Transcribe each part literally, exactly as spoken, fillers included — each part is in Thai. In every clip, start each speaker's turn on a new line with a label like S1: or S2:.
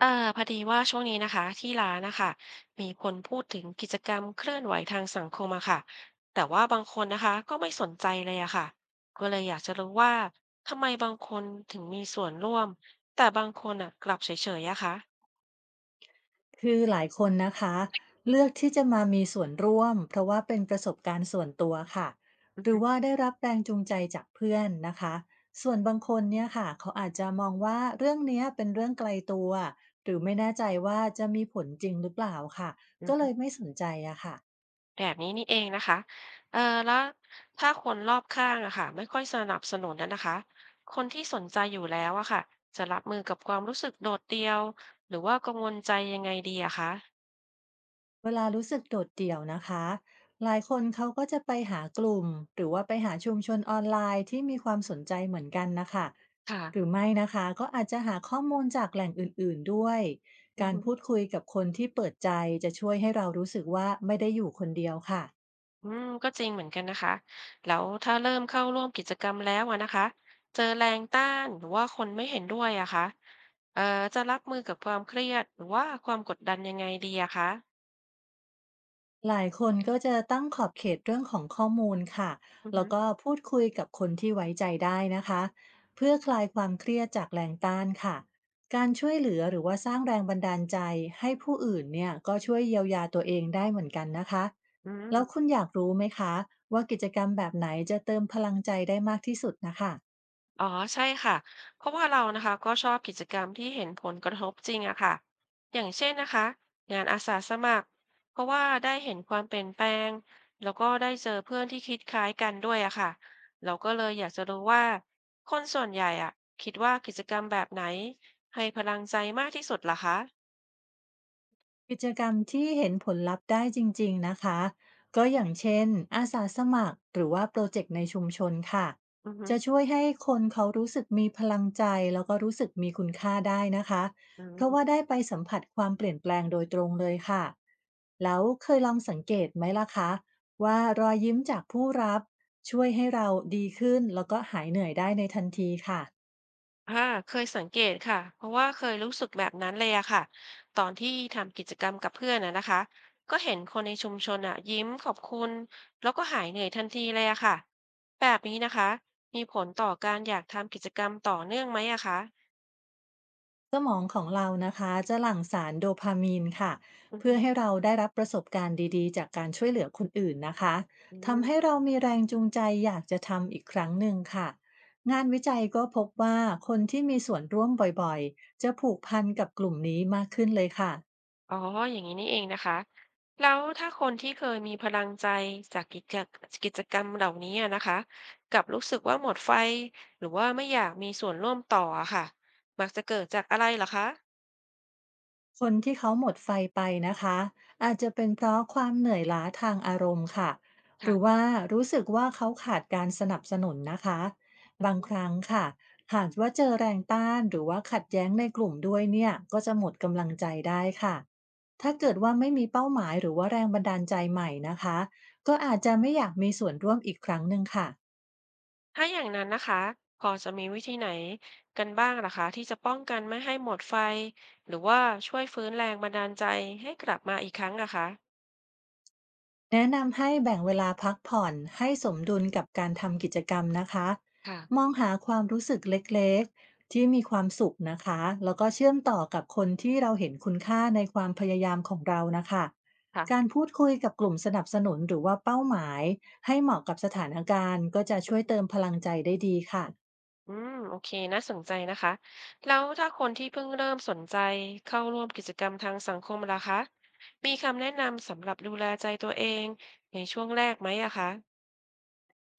S1: เอ่อพอดีว่าช่วงนี้นะคะที่ร้านนะคะมีคนพูดถึงกิจกรรมเคลื่อนไหวทางสังคมอะค่ะแต่ว่าบางคนนะคะก็ไม่สนใจเลยอะค่ะก็เลยอยากจะรู้ว่าทำไมบางคนถึงมีส่วนร่วมแต่บางคนอะกลับเฉยๆอะค่ะ
S2: คือหลายคนนะคะเลือกที่จะมามีส่วนร่วมเพราะว่าเป็นประสบการณ์ส่วนตัวค่ะ
S1: อือ
S2: หรื
S1: ฮึ
S2: อว่าได้รับแรงจูงใจจากเพื่อนนะคะส่วนบางคนเนี่ยค่ะเขาอาจจะมองว่าเรื่องเนี้ยเป็นเรื่องไกลตัวหรือไม่แน่ใจว่าจะมีผลจริงหรือเปล่าค่ะ
S1: อื
S2: ก็เล
S1: ม
S2: ยไม่สนใจอะค่ะ
S1: แบบนี้นี่เองนะคะเอ่อแล้วถ้าคนรอบข้างอะค่ะไม่ค่อยสนับสนุนนะนนะคะคนที่สนใจอยู่แล้วอะค่ะจะรับมือกับความรู้สึกโดดเดี่ยวหรือว่ากังวลใจยังไงดีอะคะ
S2: เวลารู้สึกโดดเดี่ยวนะคะหลายคนเขาก็จะไปหากลุ่มหรือว่าไปหาชุมชนออนไลน์ที่มีความสนใจเหมือนกันนะคะ
S1: ค่ะ
S2: หรือไม่นะคะก็อาจจะหาข้อมูลจากแหล่งอื่นๆด้วย
S1: อือ
S2: การ
S1: ฮึ
S2: พูดคุยกับคนที่เปิดใจจะช่วยให้เรารู้สึกว่าไม่ได้อยู่คนเดียวค่ะ
S1: อืมก็จริงเหมือนกันนะคะ แล้วถ้าเริ่มเข้าร่วมกิจกรรมแล้วอะนะคะ เจอแรงต้านหรือว่าคนไม่เห็นด้วยอะคะเอ่อจะรับมือกับความเครียดหรือว่าความกดดันยังไงดีอะคะ
S2: หลายคนก็จะตั้งขอบเขตเรื่องของข้อมูลค่ะ
S1: อือ
S2: แล้
S1: ฮึ
S2: วก็พูดคุยกับคนที่ไว้ใจได้นะคะ เพื่อคลายความเครียดจากแรงต้านค่ะ การช่วยเหลือหรือว่าสร้างแรงบันดาลใจให้ผู้อื่นเนี่ยก็ช่วยเยียวยาตัวเองได้เหมือนกันนะคะ
S1: อื
S2: แล้วคุ
S1: ม
S2: ณอยากรู้ไหมคะว่ากิจกรรมแบบไหนจะเติมพลังใจได้มากที่สุดนะคะ
S1: อ๋อใช่ค่ะเพราะว่าเรานะคะก็ชอบกิจกรรมที่เห็นผลกระทบจริงอะค่ะอย่างเช่นนะคะงานอาสาสมัครเพราะว่าได้เห็นความเปลี่ยนแปลงแล้วก็ได้เจอเพื่อนที่คิดคล้ายกันด้วยอะค่ะเราก็เลยอยากจะรู้ว่าคนส่วนใหญ่อะคิดว่ากิจกรรมแบบไหนให้พลังใจมากที่สุดล่ะคะ
S2: กิจกรรมที่เห็นผลลัพธ์ได้จริงๆ นะคะก็อย่างเช่นอาสาสมัครหรือว่าโปรเจกต์ในชุมชนค่ะ
S1: อือฮึ
S2: จะช่วยให้คนเขารู้สึกมีพลังใจแล้วก็รู้สึกมีคุณค่าได้นะคะ
S1: อื
S2: เพราะ
S1: ม
S2: ว่าได้ไปสัมผัสความเปลี่ยนแปลงโดยตรงเลยค่ะแล้วเคยลองสังเกตไหมล่ะคะว่ารอยยิ้มจากผู้รับช่วยให้เราดีขึ้นแล้วก็หายเหนื่อยได้ในทันทีค่ะ
S1: ค่ะเคยสังเกตค่ะเพราะว่าเคยรู้สึกแบบนั้นเลยอะค่ะตอนที่ทำกิจกรรมกับเพื่อนอะนะคะก็เห็นคนในชุมชนอะยิ้มขอบคุณแล้วก็หายเหนื่อยทันทีเลยอะค่ะแบบนี้นะคะ มีผลต่อการอยากทำกิจกรรมต่อเนื่องไหมอะคะ
S2: สมองของเรานะคะจะหลั่งสารโดพามีนค่ะ
S1: อือ
S2: เพื่
S1: ฮึ
S2: อให้เราได้รับประสบการณ์ดีๆจากการช่วยเหลือคนอื่นนะคะ
S1: อืม
S2: ทำให้เรามีแรงจูงใจอยากจะทำอีกครั้งหนึ่งค่ะงานวิจัยก็พบว่าคนที่มีส่วนร่วมบ่อยๆจะผูกพันกับกลุ่มนี้มากขึ้นเลยค่ะ
S1: อ๋ออย่างนี้นี่เองนะคะแล้วถ้าคนที่เคยมีพลังใจจากกิจกิจกรรมเหล่านี้อะนะคะกลับรู้สึกว่าหมดไฟหรือว่าไม่อยากมีส่วนร่วมต่ออะค่ะมักจะเกิดจากอะไรเหรอคะ
S2: คนที่เขาหมดไฟไปนะคะอาจจะเป็นเพราะความเหนื่อยล้าทางอารมณ์ค่ะหรือ
S1: ค่ะ
S2: ว่ารู้สึกว่าเขาขาดการสนับสนุนนะคะ
S1: อือ
S2: บาง
S1: ฮึ
S2: ครั้งค่ะหากว่าเจอแรงต้านหรือว่าขัดแย้งในกลุ่มด้วยเนี่ยก็จะหมดกำลังใจได้ค่ะถ้าเกิดว่าไม่มีเป้าหมายหรือว่าแรงบันดาลใจใหม่นะคะก็อาจจะไม่อยากมีส่วนร่วมอีกครั้งหนึ่งค่ะ
S1: ถ้าอย่างนั้นนะคะพอจะมีวิธีไหนกันบ้างล่ะคะที่จะป้องกันไม่ให้หมดไฟหรือว่าช่วยฟื้นแรงบันดาลใจให้กลับมาอีกครั้งอะคะ
S2: แนะนำให้แบ่งเวลาพักผ่อนให้สมดุลกับการทำกิจกรรมนะคะ
S1: ค่ะ
S2: มองหาความรู้สึกเล็กๆที่มีความสุขนะคะแล้วก็เชื่อมต่อกับคนที่เราเห็นคุณค่าในความพยายามของเรานะคะ
S1: ค่ะ
S2: การพูดคุยกับกลุ่มสนับสนุนหรือว่าเป้าหมายให้เหมาะกับสถานการณ์ก็จะช่วยเติมพลังใจได้ดีค่ะ
S1: อืมโอเคน่าสนใจนะคะแล้วถ้าคนที่เพิ่งเริ่มสนใจเข้าร่วมกิจกรรมทางสังคมล่ะคะมีคำแนะนำสำหรับดูแลใจตัวเองในช่วงแรกไหมอะคะ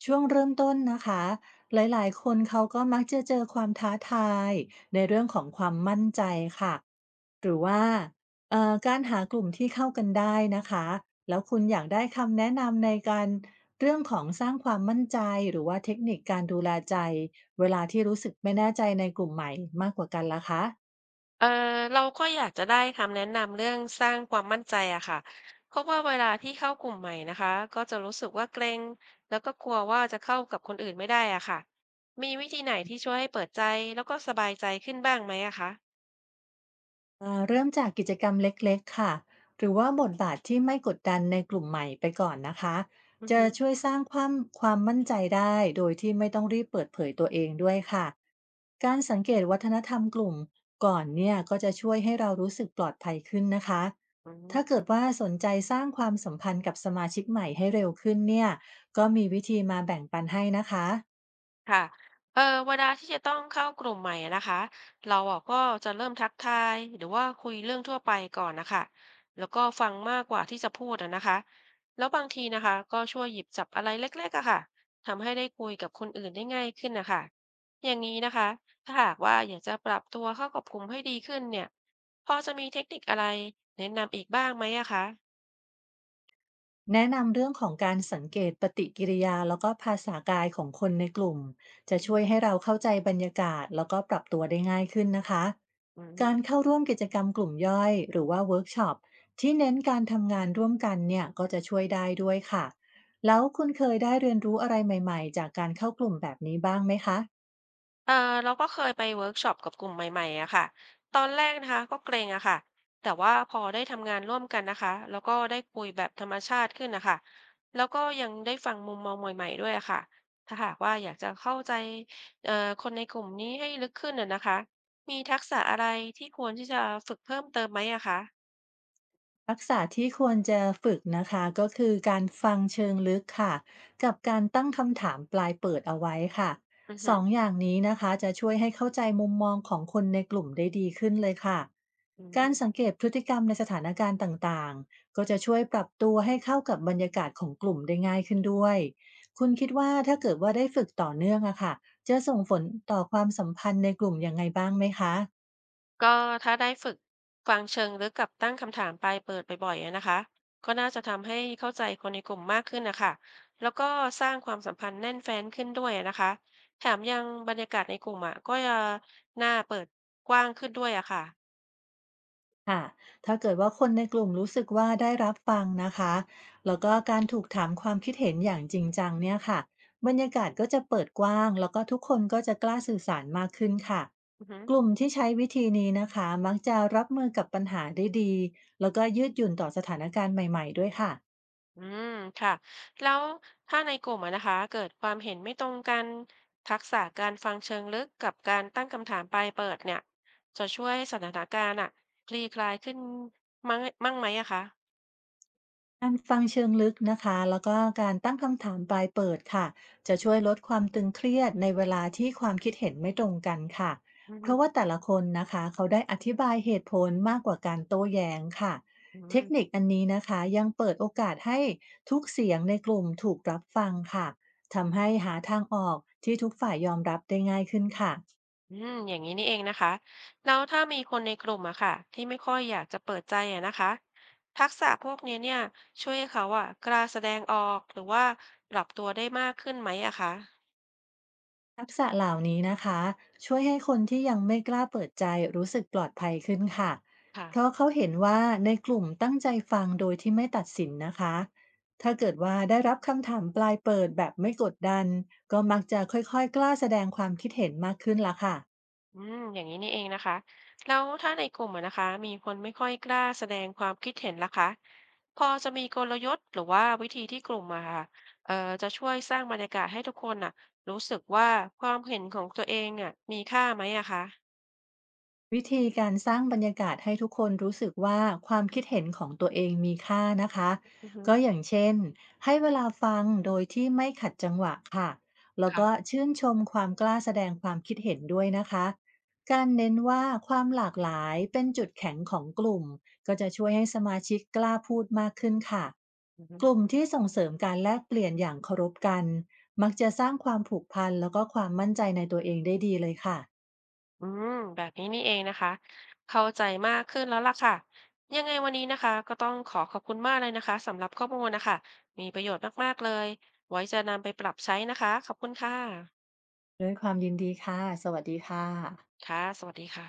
S2: ช่วงเริ่มต้นนะคะหลายๆคนเขาก็มักจะเจอความท้าทายในเรื่องของความมั่นใจค่ะ หรือว่าเอ่อการหากลุ่มที่เข้ากันได้นะคะแล้วคุณอยากได้คำแนะนำในการเรื่องของสร้างความมั่นใจหรือว่าเทคนิคการดูแลใจเวลาที่รู้สึกไม่แน่ใจในกลุ่มใหม่มากกว่ากันล่ะคะ
S1: เออเราก็อยากจะได้คำแนะนำเรื่องสร้างความมั่นใจอะค่ะเพราะว่าเวลาที่เข้ากลุ่มใหม่นะคะก็จะรู้สึกว่าเกรงแล้วก็กลัวว่าจะเข้ากับคนอื่นไม่ได้อะค่ะมีวิธีไหนที่ช่วยให้เปิดใจแล้วก็สบายใจขึ้นบ้างไหมอะคะ
S2: อ่าเริ่มจากกิจกรรมเล็กๆค่ะหรือว่าบทบาทที่ไม่กดดันในกลุ่มใหม่ไปก่อนนะคะ
S1: อือ
S2: จะ
S1: ฮึ
S2: ช่วยสร้างความความมั่นใจได้โดยที่ไม่ต้องรีบเปิดเผยตัวเองด้วยค่ะการสังเกตวัฒนธรรมกลุ่มก่อนเนี่ยก็จะช่วยให้เรารู้สึกปลอดภัยขึ้นนะคะ
S1: อื
S2: ถ้า
S1: ม
S2: เกิดว่าสนใจสร้างความสัมพันธ์กับสมาชิกใหม่ให้เร็วขึ้นเนี่ยก็มีวิธีมาแบ่งปันให้นะคะ
S1: ค่ะเออเวลาที่จะต้องเข้ากลุ่มใหม่อะนะคะเราอะก็จะเริ่มทักทายหรือว่าคุยเรื่องทั่วไปก่อนนะคะแล้วก็ฟังมากกว่าที่จะพูดอะนะคะแล้วบางทีนะคะก็ช่วยหยิบจับอะไรเล็กๆอะค่ะทำให้ได้คุยกับคนอื่นได้ง่ายขึ้นนะคะอย่างนี้นะคะถ้าหากว่าอยากจะปรับตัวเข้ากับกลุ่มให้ดีขึ้นเนี่ยพอจะมีเทคนิคอะไรแนะนำอีกบ้างไหมอะคะ
S2: แนะนำเรื่องของการสังเกตปฏิกิริยาแล้วก็ภาษากายของคนในกลุ่มจะช่วยให้เราเข้าใจบรรยากาศแล้วก็ปรับตัวได้ง่ายขึ้นนะคะการ
S1: อื
S2: เข้าร่วมกิจกรรมกลุ่มย่อยหรือว่าเวิร์กช็อปที่เน้นการทำงานร่วมกันเนี่ยก็จะช่วยได้ด้วยค่ะแล้วคุณเคยได้เรียนรู้อะไรใหม่ๆจากการเข้ากลุ่มแบบนี้บ้างไหมคะ
S1: เออเราก็เคยไปเวิร์กช็อปกับกลุ่มใหม่ๆอะค่ะตอนแรกนะคะก็เกรงอะค่ะแต่ว่าพอได้ทำงานร่วมกันนะคะแล้วก็ได้คุยแบบธรรมชาติขึ้นนะคะแล้วก็ยังได้ฟังมุมมองใหม่ๆด้วยอะค่ะถ้าหากว่าอยากจะเข้าใจเอ่อคนในกลุ่มนี้ให้ลึกขึ้นอะนะคะมีทักษะอะไรที่ควรที่จะฝึกเพิ่มเติมไหมอะคะ
S2: ทักษะที่ควรจะฝึกนะคะก็คือการฟังเชิงลึกค่ะกับการตั้งคำถามปลายเปิดเอาไว้ค่ะ
S1: อือฮ
S2: สองอย่างนี้นะคะจะช่วยให้เข้าใจมุมมองของคนในกลุ่มได้ดีขึ้นเลยค่ะการ
S1: ึ
S2: สังเกตพฤติกรรมในสถานการณ์ต่างๆก็จะช่วยปรับตัวให้เข้ากับบรรยากาศของกลุ่มได้ง่ายขึ้นด้วยคุณคิดว่าถ้าเกิดว่าได้ฝึกต่อเนื่องอะค่ะจะส่งผลต่อความสัมพันธ์ในกลุ่มยังไงบ้างไหมคะ
S1: ก็ถ้าได้ฝึกฟังเชิงลึกกับตั้งคำถามปลายเปิดบ่อยๆอะนะคะก็น่าจะทำให้เข้าใจคนในกลุ่มมากขึ้นนะคะแล้วก็สร้างความสัมพันธ์แน่นแฟ้นขึ้นด้วยอะนะคะแถมยังบรรยากาศในกลุ่มอะก็จะน่าเปิดกว้างขึ้นด้วยอะค่ะ
S2: ค่ะถ้าเกิดว่าคนในกลุ่มรู้สึกว่าได้รับฟังนะคะแล้วก็การถูกถามความคิดเห็นอย่างจริงจังเนี่ยค่ะบรรยากาศก็จะเปิดกว้างแล้วก็ทุกคนก็จะกล้าสื่อสารมากขึ้นค่ะ
S1: อือหือ
S2: กลุ่มที่ใช้วิธีนี้นะคะมักจะรับมือกับปัญหาได้ดี แล้วก็ยืดหยุ่นต่อสถานการณ์ใหม่ๆด้วยค่ะ
S1: ืมค่ะแล้วถ้าในกลุ่มอะนะคะเกิดความเห็นไม่ตรงกันทักษะการฟังเชิงลึกกับการตั้งคำถามปลายเปิดเนี่ยจะช่วยให้สถานการณ์อะคลี่คลายขึ้นมั้งมั่งไหมอะคะ
S2: การฟังเชิงลึกนะคะแล้วก็การตั้งคำถามปลายเปิดค่ะจะช่วยลดความตึงเครียดในเวลาที่ความคิดเห็นไม่ตรงกันค่ะ
S1: อื
S2: เพ
S1: ม
S2: ราะว่าแต่ละคนนะคะเขาได้อธิบายเหตุผลมากกว่าการโต้แย้งค่ะ
S1: อื
S2: เทคนิค
S1: ม
S2: อันนี้นะคะยังเปิดโอกาสให้ทุกเสียงในกลุ่มถูกรับฟังค่ะทำให้หาทางออกที่ทุกฝ่ายยอมรับได้ง่ายขึ้นค่ะ
S1: อืมอย่างนี้นี่เองนะคะแล้วถ้ามีคนในกลุ่มอะค่ะที่ไม่ค่อยอยากจะเปิดใจอะนะคะทักษะพวกนี้เนี่ยช่วยให้เขาอะกล้าแสดงออกหรือว่าปรับตัวได้มากขึ้นไหมอะคะ
S2: ทักษะเหล่านี้นะคะช่วยให้คนที่ยังไม่กล้าเปิดใจรู้สึกปลอดภัยขึ้นค่ะ
S1: ค่ะ
S2: เพราะเขาเห็นว่าในกลุ่มตั้งใจฟังโดยที่ไม่ตัดสินนะคะถ้าเกิดว่าได้รับคำถามปลายเปิดแบบไม่กดดันก็มักจะค่อยๆกล้าแสดงความคิดเห็นมากขึ้นละค่ะ
S1: อืมอย่างนี้นี่เองนะคะแล้วถ้าในกลุ่มอะนะคะมีคนไม่ค่อยกล้าแสดงความคิดเห็นล่ะคะพอจะมีกลยุทธ์หรือว่าวิธีที่กลุ่มอะค่ะเอ่อจะช่วยสร้างบรรยากาศให้ทุกคนอะรู้สึกว่าความเห็นของตัวเองเนี่ยมีค่าไหมอะคะ
S2: วิธีการสร้างบรรยากาศให้ทุกคนรู้สึกว่าความคิดเห็นของตัวเองมีค่านะคะ
S1: อือฮึ
S2: ก็อย่างเช่นให้เวลาฟังโดยที่ไม่ขัดจังหวะค่ะแล้วก็
S1: ค่ะ
S2: ชื่นชมความกล้าแสดงความคิดเห็นด้วยนะคะการเน้นว่าความหลากหลายเป็นจุดแข็งของกลุ่มก็จะช่วยให้สมาชิกกล้าพูดมากขึ้นค่ะ
S1: อือฮึ
S2: กลุ่มที่ส่งเสริมการแลกเปลี่ยนอย่างเคารพกันมักจะสร้างความผูกพันแล้วก็ความมั่นใจในตัวเองได้ดีเลยค่ะ
S1: อืมแบบนี้นี่เองนะคะเข้าใจมากขึ้นแล้วล่ะค่ะยังไงวันนี้นะคะก็ต้องขอขอบคุณมากเลยนะคะสำหรับข้อมูลนะคะมีประโยชน์มากๆเลยไว้จะนำไปปรับใช้นะคะขอบคุณค่ะ
S2: ด้วยความยินดีค่ะ สวัสดีค่ะ
S1: ค่ะสวัสดีค่ะ